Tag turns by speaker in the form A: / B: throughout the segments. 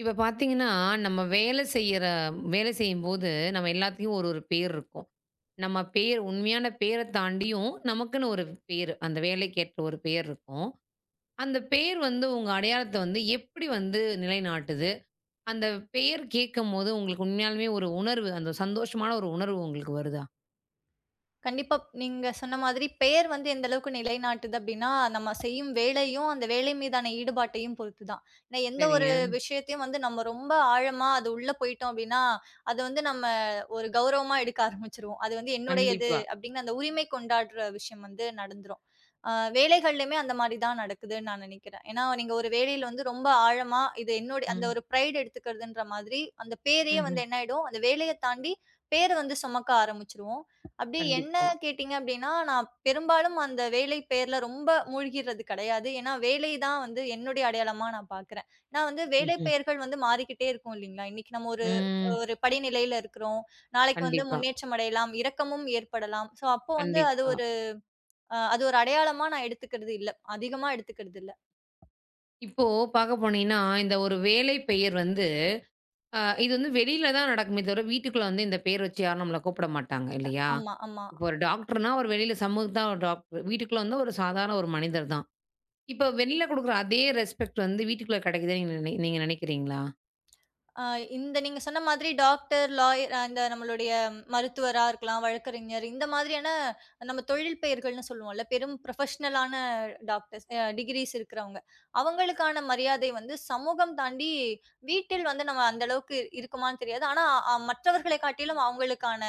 A: இப்ப பார்த்தீங்கன்னா, நம்ம வேலை செய்யற வேலை செய்யும்போது, நம்ம எல்லாத்துக்கும் ஒரு ஒரு பேர் இருக்கும். நம்ம பேர் உண்மையான பேர தாண்டியும், நமக்குன்னு ஒரு பேரு. அந்த வேலைக்கேற்ற ஒரு பேர் இருக்கும். அந்த பேர் வந்து உங்க அடையாளத்த வந்து எப்படி வந்து நிலைநாட்டுது? அந்த பெயர் கேட்கும்போது உங்களுக்கு உண்மையாலுமே ஒரு உணர்வு, அந்த சந்தோஷமான ஒரு உணர்வு உங்களுக்கு வருதா?
B: கண்டிப்பா. நீங்க சொன்ன மாதிரி பெயர் வந்து எந்த அளவுக்கு நிலைநாட்டுது அப்டின்னா, நம்ம செய்யும் வேலையும், அந்த வேலை மீதான ஈடுபாட்டையும் பொறுத்து தான். ஏன்னா எந்த ஒரு
A: சரிங்க.
B: விஷயத்தையும் வந்து நம்ம ரொம்ப ஆழமா அது உள்ள போயிட்டோம் அப்டின்னா, அது வந்து நம்ம ஒரு கௌரவமா எடுக்க ஆரம்பிச்சுருவோம். அது வந்து என்னுடையது
A: கண்டிப்பா.
B: அப்டின்னு அந்த உரிமை கொண்டாடுற விஷயம் வந்து நடந்துரும். அ வேலைகள்லயுமே அந்த மாரி தான் நடக்குதுன்னு நான் நெனைக்கிறேன். ஏன்னா நீங்க ஒரு வேலையில வந்து ரொம்ப ஆழமா இது என்னுடைய அந்த
A: ம்.
B: ஒரு பிரைட் எடுத்துக்கிறதுன்ற மாதிரி, அந்த பேரையே
A: ம்ஹ்ம்.
B: வந்து என்ன ஆயிடும், அந்த வேலைய தாண்டி பேர வந்து சுமக்க ஆரம்பிச்சுருவோம். அப்படி என்ன
A: கண்டிப்பா.
B: கேட்டீங்க அப்படின்னா, நான் பெரும்பாலும் அந்த வேலை பேர்ல ரொம்ப மூழ்கிறது கிடையாது. ஏன்னா, வேலை தான் வந்து என்னுடைய அடையாளமா நான் பார்க்குறேன். நான் வந்து வேலை
A: ம்ஹ்ம்.
B: பெயர்கள் வந்து மாறிக்கிட்டே இருக்கும் இல்லைங்களா? இன்னைக்கு நம்ம ஒரு
A: ம்.
B: ஒரு படிநிலையில இருக்கிறோம். நாளைக்கு வந்து
A: கண்டிப்பா,
B: முன்னேற்றம் அடையலாம், இறக்கமும் ஏற்படலாம். ஸோ, அப்போ வந்து
A: கண்டிப்பா.
B: அது ஒரு அடையாளமா நான் எடுத்துக்கிறது இல்ல. அதிகமா எடுத்துக்கிறது இல்ல.
A: இப்போ பார்க்க போனீங்கன்னா, இந்த ஒரு வேலை பெயர் வந்து இது வந்து வெளியில தான் நடக்குமே தவிர, வீட்டுக்குள்ள வந்து இந்த பேர் வச்சு யாரும் நம்மள கூப்பிட மாட்டாங்க இல்லையா?
B: ஆமா, ஆமா.
A: இப்போ ஒரு டாக்டர்னா ஒரு வெளியில சமூகத்து தான் ஒரு டாக்டர். வீட்டுக்குள்ள வந்து ஒரு சாதாரண ஒரு மனிதர் தான். இப்ப வெளியில குடுக்குற அதே ரெஸ்பெக்ட் வந்து வீட்டுக்குள்ள கிடைக்குதுன்னு நீங்க நினைக்கிறீங்களா?
B: ஆ இந்த நீங்க சொன்ன மாதிரி டாக்டர், லாயர் அந்த நம்மளுடைய மருத்துவரா இருக்கலாம், வழக்கறிஞர் இந்த மாதிரியான நம்ம தொழில் பெயர்கள்னு சொல்லுவோம்ல. பெரும் புரொஃபஷனலான டாக்டர்ஸ் டிகிரீஸ் இருக்கிறவங்க. அவங்களுக்கான மரியாதை வந்து சமூகம் தாண்டி வீட்டில் வந்து நம்ம அந்த அளவுக்கு இருக்குமான்னு தெரியாது. ஆனா மற்றவர்களை காட்டிலும் அவங்களுக்கான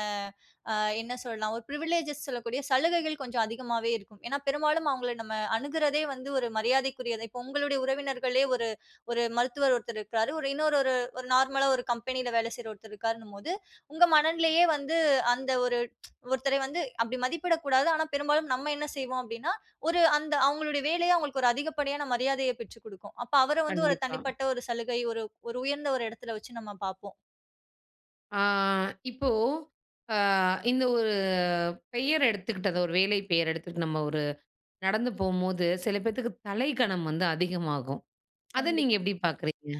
B: அ என்ன சொல்லலாம், ஒரு பிரிவிலேஜஸ் சொல்லக்கூடிய சலுகைகள் கொஞ்சம் அதிகமாவே இருக்கும். ஏன்னா பெரும்பாலும் அவங்கள நம்ம அணுகுறதே வந்து ஒரு மரியாதைக்குரியது. இப்போ உங்களுடைய உறவினர்களே ஒரு ஒரு மருத்துவர் ஒருத்தர் இருக்கிறாரு. இன்னொரு ஒரு நார்மலா ஒரு கம்பெனில வேலை செய்ற ஒருத்தர் இருக்காருன்னும் போது, உங்க மனநிலையே வந்து அந்த ஒருத்தரை வந்து அப்படி மதிப்பிடக்கூடாது. ஆனா, பெரும்பாலும் நம்ம என்ன செய்வோம் அப்படின்னா, ஒரு அந்த அவங்களுடைய வேலையே அவங்களுக்கு ஒரு அதிகப்படியான மரியாதைய பெற்றுக் குடுக்கும். அப்ப அவர வந்து ஒரு
A: கண்டிப்பா.
B: தனிப்பட்ட ஒரு சலுகை, ஒரு ஒரு உயர்ந்த ஒரு இடத்துல வச்சு நம்ம பார்ப்போம்.
A: ஆ இப்போ அ இந்த ஒரு பெயர் எடுத்துக்கிட்டது ஒரு வேலை பெயர் எடுத்துட்டு நம்ம ஒரு நடந்து போம்போது, சில பேத்துக்கு தலைக்கனம் வந்து அதிகமாகும். அத நீங்க
B: கண்டிப்பா.
A: எப்படி பார்க்குறீங்க?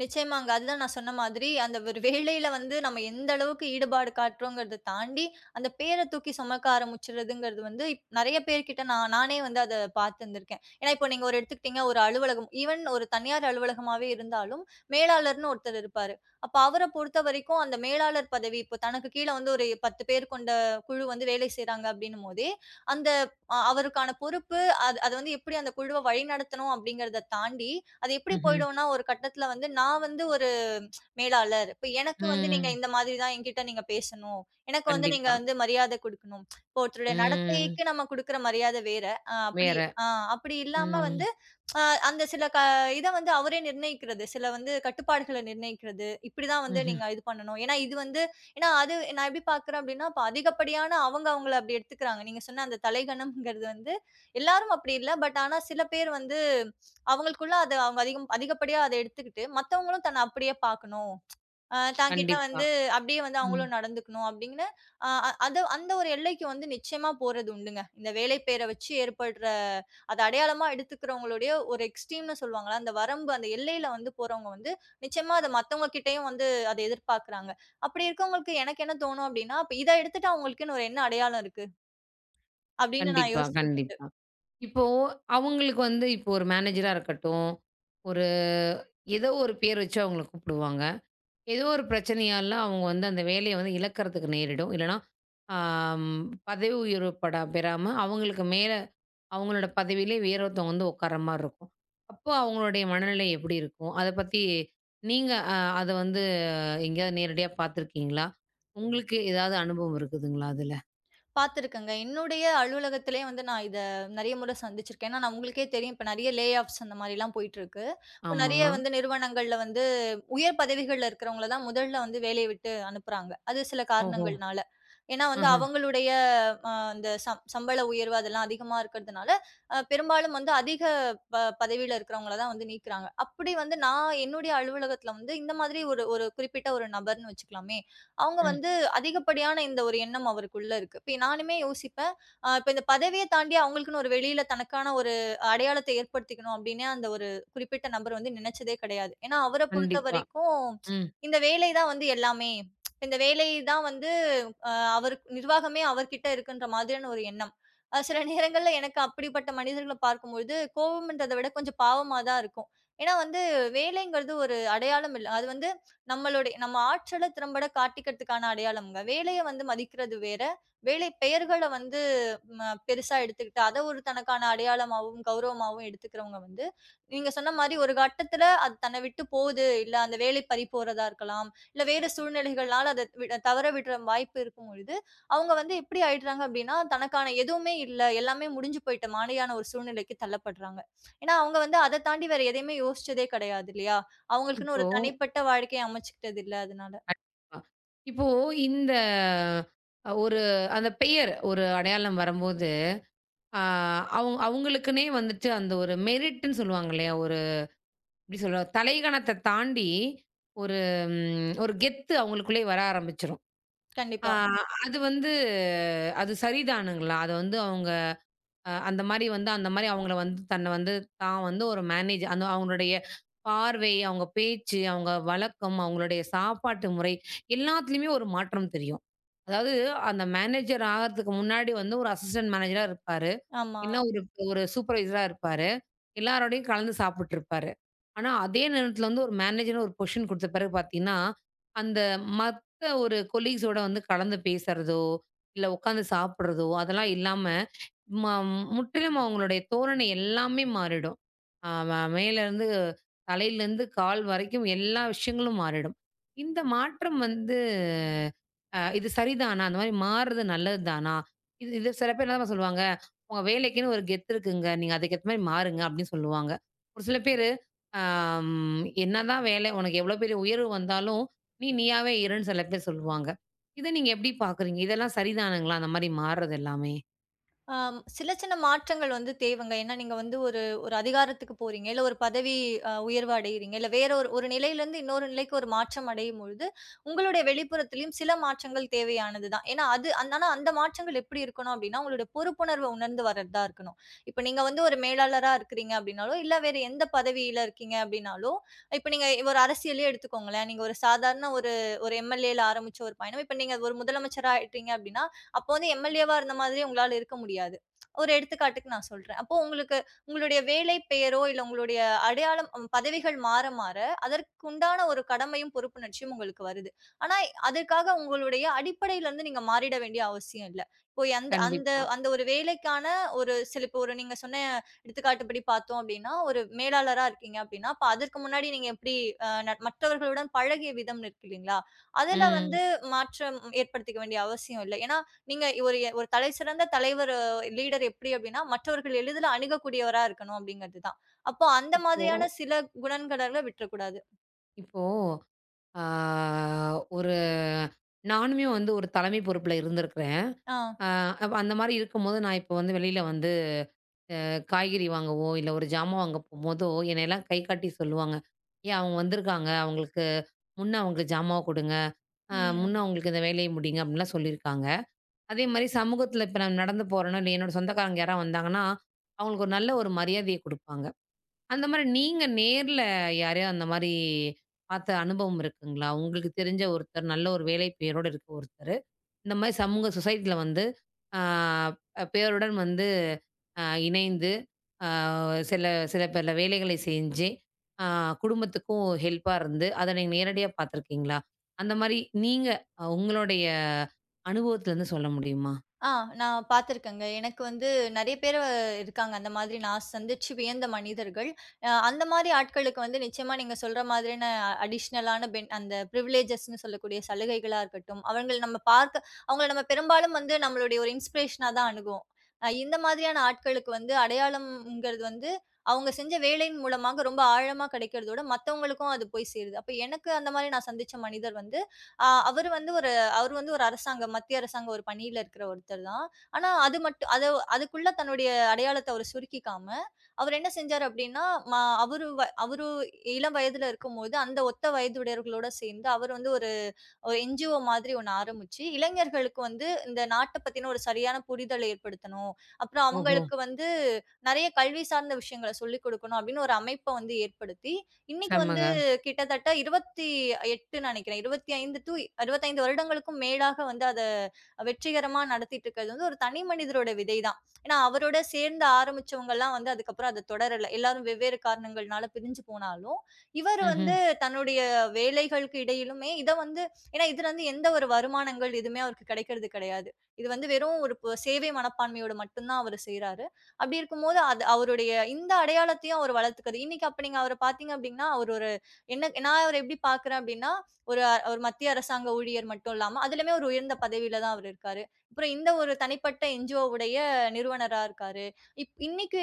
B: நிச்சயமாங்க. அதுதான் நான் சொன்ன மாதிரி, அந்த ஒரு வேலையில வந்து நம்ம எந்த அளவுக்கு ஈடுபாடு காட்டுறோங்கிறத தாண்டி, அந்த பேர தூக்கி சுமக்க ஆரம்பிச்சுறதுங்கிறது வந்து, நெறைய பேர்கிட்ட நான் நானே வந்து அத பார்த்திருந்திருக்கேன். ஏன்னா, இப்போ நீங்க ஒரு எடுத்துக்கிட்டீங்க ஒரு அலுவலகம், ஈவன் ஒரு தனியார் அலுவலகமாவே இருந்தாலும், மேலாளர்ன்னு ஒருத்தர் இருப்பாரு. அப்ப அவர பொறுத்தவரைக்கும் அந்த மேலாளர் பதவி இப்போ தனக்கு கீழ வந்து ஒரு 10 பேர் கொண்ட குழு வந்து வேலை செய்றாங்க அப்படின்னும் போதே, அந்த அ அவருக்கான பொறுப்பு, அது அது வந்து எப்படி அந்த குழுவ வழிநடத்தணும் அப்படிங்கிறத தாண்டி, அது எப்படி
A: ம்ஹ்ம்.
B: போயிடும்னா, ஒரு கட்டத்தில வந்து நான் வந்து ஒரு மேலாளர். இப்ப எனக்கு வந்து நீங்க
A: ம்.
B: இந்த மாதிரி தான் என்கிட்ட நீங்க பேசணும். எனக்கு வந்து நீங்க
A: கண்டிப்பா.
B: வந்து மரியாதை குடுக்கணும். இப்போ ஒருத்தருடைய
A: ம்.
B: நடத்தைக்கு நம்ம குடுக்குற மரியாதை வேற. அ அப்படி
A: வேற.
B: ஆ அப்படி இல்லாம
A: ம்.
B: வந்து அ அந்த சில க இத வந்து அவரே நிர்ணயிக்கிறது. சில வந்து கட்டுப்பாடுகள நிர்ணயிக்கிறது. இப்படிதான் வந்து
A: ம்ஹ்ம்.
B: நீங்க இது பண்ணணும். ஏன்னா இது வந்து ஏன்னா அது நான் எப்படி பார்க்குறேன் அப்படின்னா, இப்ப அதிகப்படியான அவங்கள அப்படி எடுத்துக்கிறாங்க. நீங்க சொன்ன அந்த தலைகணம்ங்கிறது வந்து எல்லாரும் அப்படி இல்ல. பட் ஆனா சில பேர் வந்து அவங்களுக்குள்ள அத அவங்க அதிகப்படியா அத எடுத்துக்கிட்டு, மத்தவங்களும் தன்ன அப்படியே பார்க்கணும். அ தான்கிட்ட
A: கண்டிப்பா.
B: வந்து அப்படியே வந்து
A: ம்.
B: அவங்களும் நடந்துக்கணும் அப்படிங்கிற அ அ அது அந்த ஒரு எல்லைக்கு வந்து நிச்சயமா போறது உண்டுங்க. இந்த வேலை பேர வச்சு ஏற்படுற அத அடையாளமா எடுத்துக்கிறவங்களுடைய ஒரு எக்ஸ்ட்ரீம்ன்னு சொல்லுவாங்கல்ல, அந்த வரம்பு அந்த எல்லையில வந்து போறவங்க வந்து நிச்சயமா அத மத்தவங்க கிட்டயும் வந்து அத எதிர்பார்க்குறாங்க. அப்படி இருக்கவங்களுக்கு எனக்கு என்ன தோணும் அப்படின்னா, "அப்ப இத எடுத்துட்டா அவங்களுக்குன்னு ஒரு என்ன அடையாளம் இருக்கு?" அப்படின்னு நான்
A: கண்டிப்பா,
B: யோசிச்சேன்.
A: கண்டிப்பா. இப்போ அவங்களுக்கு வந்து இப்போ ஒரு மேனேஜரா இருக்கட்டும், ஒரு ஏதோ ஒரு பேர் வச்சு அவங்கள கூப்பிடுவாங்க. ஏதோ ஒரு பிரச்சனையால அவங்க வந்து அந்த வேலைய வந்து இழக்கறதுக்கு நேரிடும். இல்லன்னா, ஆம் பதவி உயர்வு படா பெறாம அவங்களுக்கு மேல அவங்களோட பதவியிலே வேறொருத்தவங்க வந்து உட்கார்ற மாரி இருக்கும். அப்போ அவங்களுடைய மனநிலை எப்படி இருக்கும்? அத பத்தி நீங்க அ அத வந்து எங்கேயாவது நேரடியா பார்த்துருக்கீங்களா? உங்களுக்கு ஏதாவது அனுபவம் இருக்குதுங்களா அதுல?
B: பார்த்துருக்கேங்க. என்னுடைய அலுவலகத்திலேயே வந்து நான் இத நெறைய முறை சந்திச்சிருக்கேன். ஏன்னா, நான் உங்களுக்கே தெரியும் இப்ப நெறைய லே ஆஃப்ஸ் அந்த மாரிலாம் போயிட்டுருக்கு. இப்ப
A: ஆமா.
B: நெறைய வந்து நிறுவனங்கள்ல வந்து உயர் பதவிகள்ல இருக்கிறவங்கள தான் முதல்ல வந்து வேலைய விட்டு அனுப்புறாங்க. அது சில
A: ஓஹோ!
B: காரணங்கள்னால. ஏன்னா வந்து
A: ஆஹ.
B: அவங்களுடைய அந்த சம்பள உயர்வு அதெல்லாம் அதிகமா இருக்கிறதுனால, பெரும்பாலும் வந்து அதிக ப பதவியில இருக்கிறவங்கள தான் வந்து நீக்குறாங்க. அப்படி வந்து நான் என்னுடைய அலுவலகத்தில வந்து இந்த மாதிரி ஒரு ஒரு குறிப்பிட்ட ஒரு நபர்ன்னு வச்சுக்கலாமே, அவங்க
A: ம்.
B: வந்து அதிகப்படியான இந்த ஒரு எண்ணம் அவருக்குள்ள இருக்கு. இப்ப நானுமே யோசிப்பேன். இப்ப இந்த பதவிய தாண்டி அவங்களுக்குன்னு ஒரு வெளியில தனக்கான ஒரு அடையாளத்த ஏற்படுத்திக்கணும் அப்டின்னே அந்த ஒரு குறிப்பிட்ட நபர் வந்து நினைச்சதே கிடையாது. ஏன்னா, அவர
A: கண்டிப்பா.
B: பொறுத்தவரைக்கும்
A: ம்.
B: இந்த வேலை தான் வந்து எல்லாமே. இந்த வேலை தான் வந்து அ அவரு நிர்வாகமே அவர்கிட்ட இருக்குன்ற மாதிரியான ஒரு எண்ணம். சில நேரங்கள்ல எனக்கு அப்படிப்பட்ட மனிதர்கள பார்க்கும்பொழுது கோவம்ன்றத விட கொஞ்சம் பாவமா தான் இருக்கும். ஏன்னா வந்து வேலைங்கிறது ஒரு அடையாளம் இல்ல. அது வந்து நம்ம ஆற்றல திறம்பட காட்டிக்கிறதுக்கான அடையாளம்ங்க. வேலைய வந்து மதிக்கிறது வேற. வேலை பெயர்கள வந்து ம பெருசா எடுத்துக்கிட்டு, அத ஒரு தனக்கான அடையாளமாவும், கௌரவமாவும் எடுத்துக்கிறவங்க வந்து, நீங்க சொன்ன மாரி ஒரு கட்டத்துல அது தன்னை விட்டு போகுது. இல்ல அந்த வேலை பறி போறதா இருக்கலாம். இல்ல வேற சூழ்நிலைகள்னால அத விட தவற விடுற வாய்ப்பு இருக்கும் பொழுது, அவங்க வந்து எப்படி ஆயிடுறாங்க அப்படின்னா, தனக்கான எதுவுமே இல்ல. எல்லாமே முடிஞ்சு போயிட்ட மாரியான ஒரு சூழ்நிலைக்கு தள்ளப்படுறாங்க. ஏன்னா அவங்க வந்து அத தாண்டி வேற எதையுமே யோசிச்சதே கிடையாது இல்லையா? அவங்களுக்குன்னு
A: இப்போ
B: ஒரு தனிப்பட்ட வாழ்க்கைய அமைச்சுக்கிட்டது இல்ல அதனால.
A: கண்டிப்பா. இப்போ இந்த அ ஒரு அந்த பெயர் ஒரு அடையாளம் வரும்போது, ஆ அவுங் அவுங்களுக்குன்னே வந்துட்டு அந்த ஒரு மெரிட்ன்னு சொல்லுவாங்க இல்லயா! ஒரு எப்பிடி சொல்ல தலைக்கணத்த தாண்டி ஒரு ஒரு கெத்து அவுங்களுக்குள்ளே வர ஆரம்பிச்சுரும். ஆ
B: கண்டிப்பா.
A: அது வந்து அது சரிதானுங்களா? அத வந்து அவுங்க அந்த மாரி வந்து அந்த மாரி அவங்கள வந்து தன்னை வந்து தான் வந்து ஒரு மேனேஜ் அந்த அவங்களுடைய பார்வை, அவங்க பேச்சு, அவங்க வழக்கம், அவங்களுடைய சாப்பாட்டு முறை எல்லாத்துலயுமே ஒரு மாற்றம் தெரியும். அதாவது அந்த மேனேஜர் ஆகறதுக்கு முன்னாடி வந்து ஒரு அசிஸ்டன்ட் மேனேஜரா இருப்பாரு.
B: ஆமா.
A: இல்ல ஒரு ஒரு சூப்பர்வைசரா இருப்பாரு. எல்லாரோடையும் கலந்து சாப்பிட்டுருப்பாரு. ஆனா, அதே நேரத்தில வந்து ஒரு மேனேஜர்னு ஒரு பொசிஷன் குடுத்த பிறகு பார்த்தீங்கன்னா, அந்த மத்த ஒரு கொலீக்ஸோட வந்து கலந்து பேசுறதோ, இல்ல உட்காந்து சாப்பிடுறதோ, அதெல்லாம் இல்லாம, ம முற்றிலும் அவங்களுடைய தோரணை எல்லாமே மாறிடும். அ ம மேலேருந்து தலையிலேருந்து கால் வரைக்கும் எல்லா விஷயங்களும் மாறிடும். இந்த மாற்றம் வந்து இது சரிதானா? அந்த மாரி மாறுறது நல்லது தானா? இது இது சில பேர் என்ன தெரியுமா சொல்லுவாங்க? உங்க வேலைக்குன்னு ஒரு கெத்து இருக்குங்க. நீங்க அதுக்கேத்த மாரி மாறுங்க அப்படின்னு சொல்லுவாங்க. ஒரு சில பேரு, "என்னதான் வேலை உனக்கு எவ்வளோ பெரிய உயர்வு வந்தாலும், நீ நீயாவே இருன்னு" சில பேர் சொல்லுவாங்க. இத நீங்க எப்படி பார்க்குறீங்க? இதெல்லாம் சரிதானுங்களா? அந்த மாரி மாறுறது எல்லாமே?
B: ஆம். சில சின்ன மாற்றங்கள் வந்து தேவைங்க. ஏன்னா, நீங்க வந்து ஒரு ஒரு அதிகாரத்துக்கு போறீங்க. இல்ல ஒரு பதவி உயர்வு அடையிறீங்க. இல்ல வேற ஒரு ஒரு நிலையிலருந்து இன்னொரு நிலைக்கு ஒரு மாற்றம் அடையும்பொழுது, உங்களுடைய வெளிப்புறத்திலயும் சில மாற்றங்கள் தேவையானது தான். ஏன்னா, அது அந்த ஆனா அந்த மாற்றங்கள் எப்படி இருக்கணும் அப்டின்னா, உங்களுடைய பொறுப்புணர்வ உணர்ந்து வர்றதா இருக்கணும். இப்ப நீங்க வந்து ஒரு மேலாளரா இருக்கிறீங்க அப்டின்னாலோ, இல்ல வேற எந்த பதவியில இருக்கீங்க அப்டின்னாலோ, இப்ப நீங்க ஒரு அரசியலே எடுத்துக்கோங்களேன். நீங்க ஒரு சாதாரண ஒரு ஒரு எம்எல்ஏல ஆரம்பிச்ச ஒரு பயணம், இப்ப நீங்க ஒரு முதலமைச்சரா ஆயிட்டீங்க அப்டின்னா, அப்போ வந்து எம்எல்ஏவா இருந்த மாதிரி உங்களால இருக்க முடியாது. ஒரு எடுத்துக்காட்டுக்கு நான் சொல்றேன். அப்போ உங்களுக்கு உங்களுடைய வேலை பெயரோ, இல்ல உங்களுடைய அடையாளம் பதவிகள் மாற, மாற அதற்குண்டான ஒரு கடமையும், பொறுப்புணர்ச்சியும் உங்களுக்கு வருது. ஆனா அதற்காக உங்களுடைய அடிப்படையிலருந்து நீங்க மாறிட வேண்டிய அவசியம் இல்ல. இப்போ அந்த அந்த
A: கண்டிப்பா.
B: அந்த ஒரு வேலைக்கான ஒரு சில இப்போ ஒரு நீங்க சொன்ன எடுத்துக்காட்டுப்படி பார்த்தோம் அப்டின்னா, ஒரு மேலாளரா இருக்கீங்க அப்டின்னா, அப்ப அதற்கு முன்னாடி நீங்க எப்படி அ ந மற்றவர்களுடன் பழகிய விதம் இருக்கு இல்லீங்களா? அதுல
A: ம்.
B: வந்து மாற்றம் ஏற்படுத்திக்க வேண்டிய அவசியம் இல்ல. ஏன்னா நீங்க ஒரு ஒரு தலை சிறந்த தலைவர் லீடர் எப்படி அப்படின்னா, மற்றவர்கள் எளிதில அணுகக்கூடியவரா இருக்கணும் அப்படிங்கிறது தான். அப்போ அந்த
A: இப்போ
B: மாதிரியான சில குணங்களெல்லாம் விட்டுறக்கூடாது.
A: இப்போ ஆ ஒரு நானுமே வந்து ஒரு தலைமை பொறுப்புல இருந்திருக்கிறேன்.
B: ஆ.
A: ஆ அப்ப அந்த மாரி இருக்கும்போது நான் இப்போ வந்து வெளியில வந்து காய்கறி வாங்கவோ, இல்ல ஒரு ஜாமான் வாங்க போம்போதோ, என்னையெல்லாம் கை காட்டி சொல்லுவாங்க. "ஏன் அவங்க வந்திருக்காங்க. அவங்களுக்கு முன்ன அவங்களுக்கு ஜாமாவ குடுங்க. அ
B: ம்.
A: முன்ன அவங்களுக்கு இந்த வேலைய முடிங்க." அப்படின்லாம் சொல்லியிருக்காங்க. அதே மாரி சமூகத்துல இப்ப நான் நடந்து போறேனோ, இல்லையோ என்னோட சொந்தக்காரங்க யாராவது வந்தாங்கன்னா, அவங்களுக்கு ஒரு நல்ல ஒரு மரியாதைய குடுப்பாங்க. அந்த மாரி நீங்க நேர்ல யாரையோ அந்த மாரி பார்த்த அனுபவம் இருக்குங்களா? உங்களுக்கு தெரிஞ்ச ஒருத்தர், நல்ல ஒரு வேலை பெயரோட இருக்க ஒருத்தரு? இந்த மாரி சமூக சொசைட்டில வந்து ஆ பேருடன் வந்து இணைந்து ஆ சில சில பல வேலைகளை செஞ்சு, ஆ குடும்பத்துக்கும் ஹெல்ப்பா இருந்து, அத நீங்க நேரடியா பார்த்துருக்கீங்களா? அந்த மாரி நீங்க அ உங்களுடைய அனுபவத்துலருந்து சொல்ல முடியுமா?
B: ஆ நான் பார்த்துருக்கேங்க. எனக்கு வந்து நெறைய பேரு இருக்காங்க. அந்த மாதிரி நான் சந்திச்சு வியந்த மனிதர்கள். அந்த மாரி ஆட்களுக்கு வந்து நிச்சயமா நீங்க சொல்ற மாதிரியான அடிஷ்னலான பென் அந்த பிரிவிலேஜஸ்ன்னு சொல்லக்கூடிய சலுகைகளா இருக்கட்டும், அவங்கள நம்ம பெரும்பாலும் வந்து நம்மளுடைய ஒரு இன்ஸ்பிரேஷனா தான் அணுகுவோம். இந்த மாதிரியான ஆட்களுக்கு வந்து அடையாளம்ங்கிறது வந்து அவங்க செஞ்ச வேலையின் மூலமாக ரொம்ப ஆழமா கிடைக்கிறதோட, மத்தவங்களுக்கும் அது போய் சேருது. அப்ப எனக்கு அந்த மாரி நான் சந்திச்ச மனிதர் வந்து ஆ அவரு வந்து ஒரு அவரு வந்து ஒரு மத்திய அரசாங்க ஒரு பணியில இருக்கிற ஒருத்தர் தான். ஆனா அது மட்டும் அதுக்குள்ள தன்னுடைய அடையாளத்த அவரு சுருக்கிக்காம, அவரு என்ன செஞ்சாரு அப்டின்னா, ம அவரு வ அவரு இளம் வயதுல இருக்கும்போது, அந்த ஒத்த வயதுடையவர்களோட சேர்ந்து அவரு வந்து ஒரு ஒரு என்ஜிஓ மாதிரி ஒண்ணு ஆரம்பிச்சு, இளைஞர்களுக்கு வந்து இந்த நாட்ட பத்தின ஒரு சரியான புரிதல் ஏற்படுத்தணும். அப்புறம்
A: ஓஹோ!
B: அவங்களுக்கு வந்து நெறைய கல்வி சார்ந்த விஷயங்கள சொல்லிக் குடுக்கணும் அப்டின்னு ஒரு அமைப்ப வந்து ஏற்படுத்தி, இன்னைக்கு
A: செம்மங்க.
B: வந்து கிட்டத்தட்ட 28 நினைக்கிறேன். 25 வருடங்களுக்கும் மேலாக வந்து அத வெற்றிகரமா நடத்திட்டு இருக்கிறது வந்து ஒரு தனி மனிதரோட விதை தான். ஏன்னா, அவரோட சேர்ந்து ஆரம்பிச்சவங்கலாம் வந்து அதுக்கப்புறம் அத தொடரல. எல்லாரும் வெவ்வேறு காரணங்கள்னால பிரிஞ்சு போனாலும், இவர்
A: ம்ஹ்ம்.
B: வந்து தன்னுடைய வேலைகளுக்கு இடையிலுமே இத வந்து ஏன்னா இதுலருந்து எந்த ஒரு வருமானங்கள் எதுவுமே அவருக்கு கிடைக்கிறது கிடையாது. இது வந்து வெறும் ஒரு சேவை மனப்பான்மையோட மட்டும் தான் அவரு செய்றாரு. அப்படி இருக்கும்போது, அது அவருடைய இந்த அடையாளத்தையும் அவர் வளர்த்துக்கிறாரு. இன்னைக்கு அப்ப நீங்க அவர பார்த்தீங்க அப்படின்னா, அவர் ஒரு என்ன நான் அவர எப்படி பார்க்குறேன் அப்படின்னா, ஒரு மத்திய அரசாங்க ஊழியர் மட்டும் இல்லாம, அதிலுமே ஒரு உயர்ந்த பதவியில தான் அவரு இருக்காரு. அப்புறம் இந்த ஒரு தனிப்பட்ட என்ஜிஓ உடைய நிறுவனரா இருக்காரு. இன்னைக்கு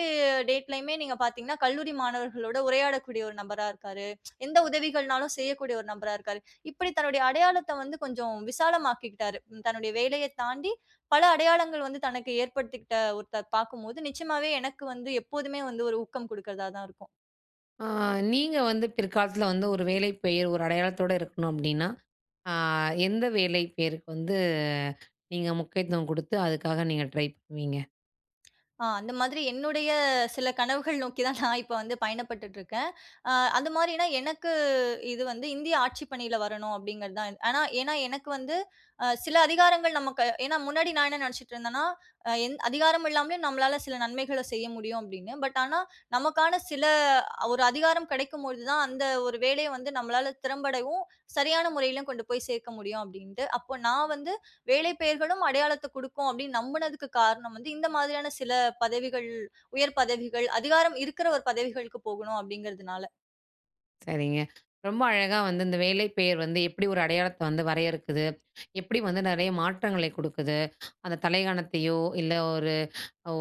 B: டேட்லயுமே நீங்க பார்த்தீங்கன்னா, கல்லூரி மாணவர்களோட உரையாடக்கூடிய ஒரு நபரா இருக்காரு. எந்த உதவிகள்னாலும் செய்யக்கூடிய ஒரு நபரா இருக்காரு. இப்படி தன்னுடைய அடையாளத்த வந்து கொஞ்சம் விசாலமாக்கிக்கிட்டாரு. தன்னுடைய வேலைய தாண்டி பல அடையாளங்கள் வந்து தனக்கு ஏற்படுத்திக்கிட்ட ஒருத்தர் பார்க்கும்போது, நிச்சயமாவே எனக்கு வந்து எப்போதுமே வந்து ஒரு ஊக்கம் குடுக்கிறதா தான் இருக்கும்.
A: ஆ நீங்க வந்து பிற்காலத்துல வந்து ஒரு வேலை பெயர் ஒரு அடையாளத்தோட இருக்கணும் அப்டின்னா, ஆ எந்த வேலை பெயருக்கு வந்து நீங்க முக்கியத்துவம் குடுத்து அதுக்காக நீங்க ட்ரை பண்ணுவீங்க?
B: அந்த மாதிரி என்னுடைய சில கனவுகள் நோக்கி தான் நான் இப்ப வந்து பயணப்பட்டுட்டு இருக்கேன். அ அது மாரினா எனக்கு இது வந்து இந்திய ஆட்சி பணியில வரணும் அப்படிங்கிறது தான். ஆனா ஏன்னா எனக்கு வந்து சில அதிகாரங்கள் நமக்கு ஏன்னா முன்னாடி நான் என்ன நினைச்சுட்டு இருந்தேன்னா, அ எந் அதிகாரம் இல்லாமலே நம்மளால சில நன்மைகள செய்ய முடியும் அப்படின்னு. பட் ஆனா நமக்கான சில ஒரு அதிகாரம் கிடைக்கும்பொழுது தான் அந்த ஒரு வேலைய வந்து நம்மளால திறம்படவும், சரியான முறையிலும் கொண்டு போய் சேர்க்க முடியும் அப்படின்ட்டு. அப்போ நான் வந்து வேலை பெயர்களும் அடையாளத்த குடுக்கும் அப்படின்னு நம்புனதுக்கு காரணம் வந்து, இந்த மாதிரியான சில பதவிகள், உயர் பதவிகள், அதிகாரம் இருக்கிற ஒரு பதவிகளுக்கு போகணும் அப்படிங்கிறதுனால.
A: சரிங்க. ரொம்ப அழகா வந்து இந்த வேலை பெயர் வந்து எப்படி ஒரு அடையாளத்த வந்து வரையறுக்குது? எப்படி வந்து நெறைய மாற்றங்களை குடுக்குது? அந்த தலையங்கத்தையோ, இல்ல ஒரு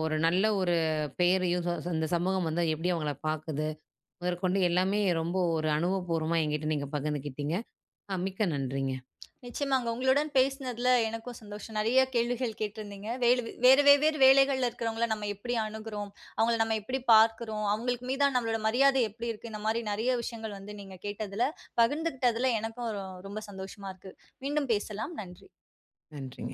A: ஒரு நல்ல ஒரு பெயரையும் இந்த சமூகம் வந்து எப்படி அவங்கள பாக்குது? முதற்கொண்டு எல்லாமே ரொம்ப ஒரு அனுபவபூர்வமா என்கிட்ட நீங்க பகிர்ந்துக்கிட்டீங்க. மிக்க நன்றிங்க.
B: நிச்சயமாங்க. உங்களுடன் பேசினதுல எனக்கும் சந்தோஷம். நெறைய கேள்விகள் கேட்டிருந்தீங்க. வேறு வெவ்வேறு வேலைகள்ல இருக்கிறவங்கள நம்ம எப்படி அணுகுறோம்? அவங்கள நம்ம எப்படி பார்க்கிறோம்? அவங்களுக்கு மீதான நம்மளோட மரியாதை எப்படி இருக்கு? இந்த மாரி நெறைய விஷயங்கள் வந்து நீங்க கேட்டதுல, பகிர்ந்துக்கிட்டதுல எனக்கும் ரொம்ப சந்தோஷமா இருக்கு. மீண்டும் பேசலாம். நன்றி.
A: நன்றிங்க.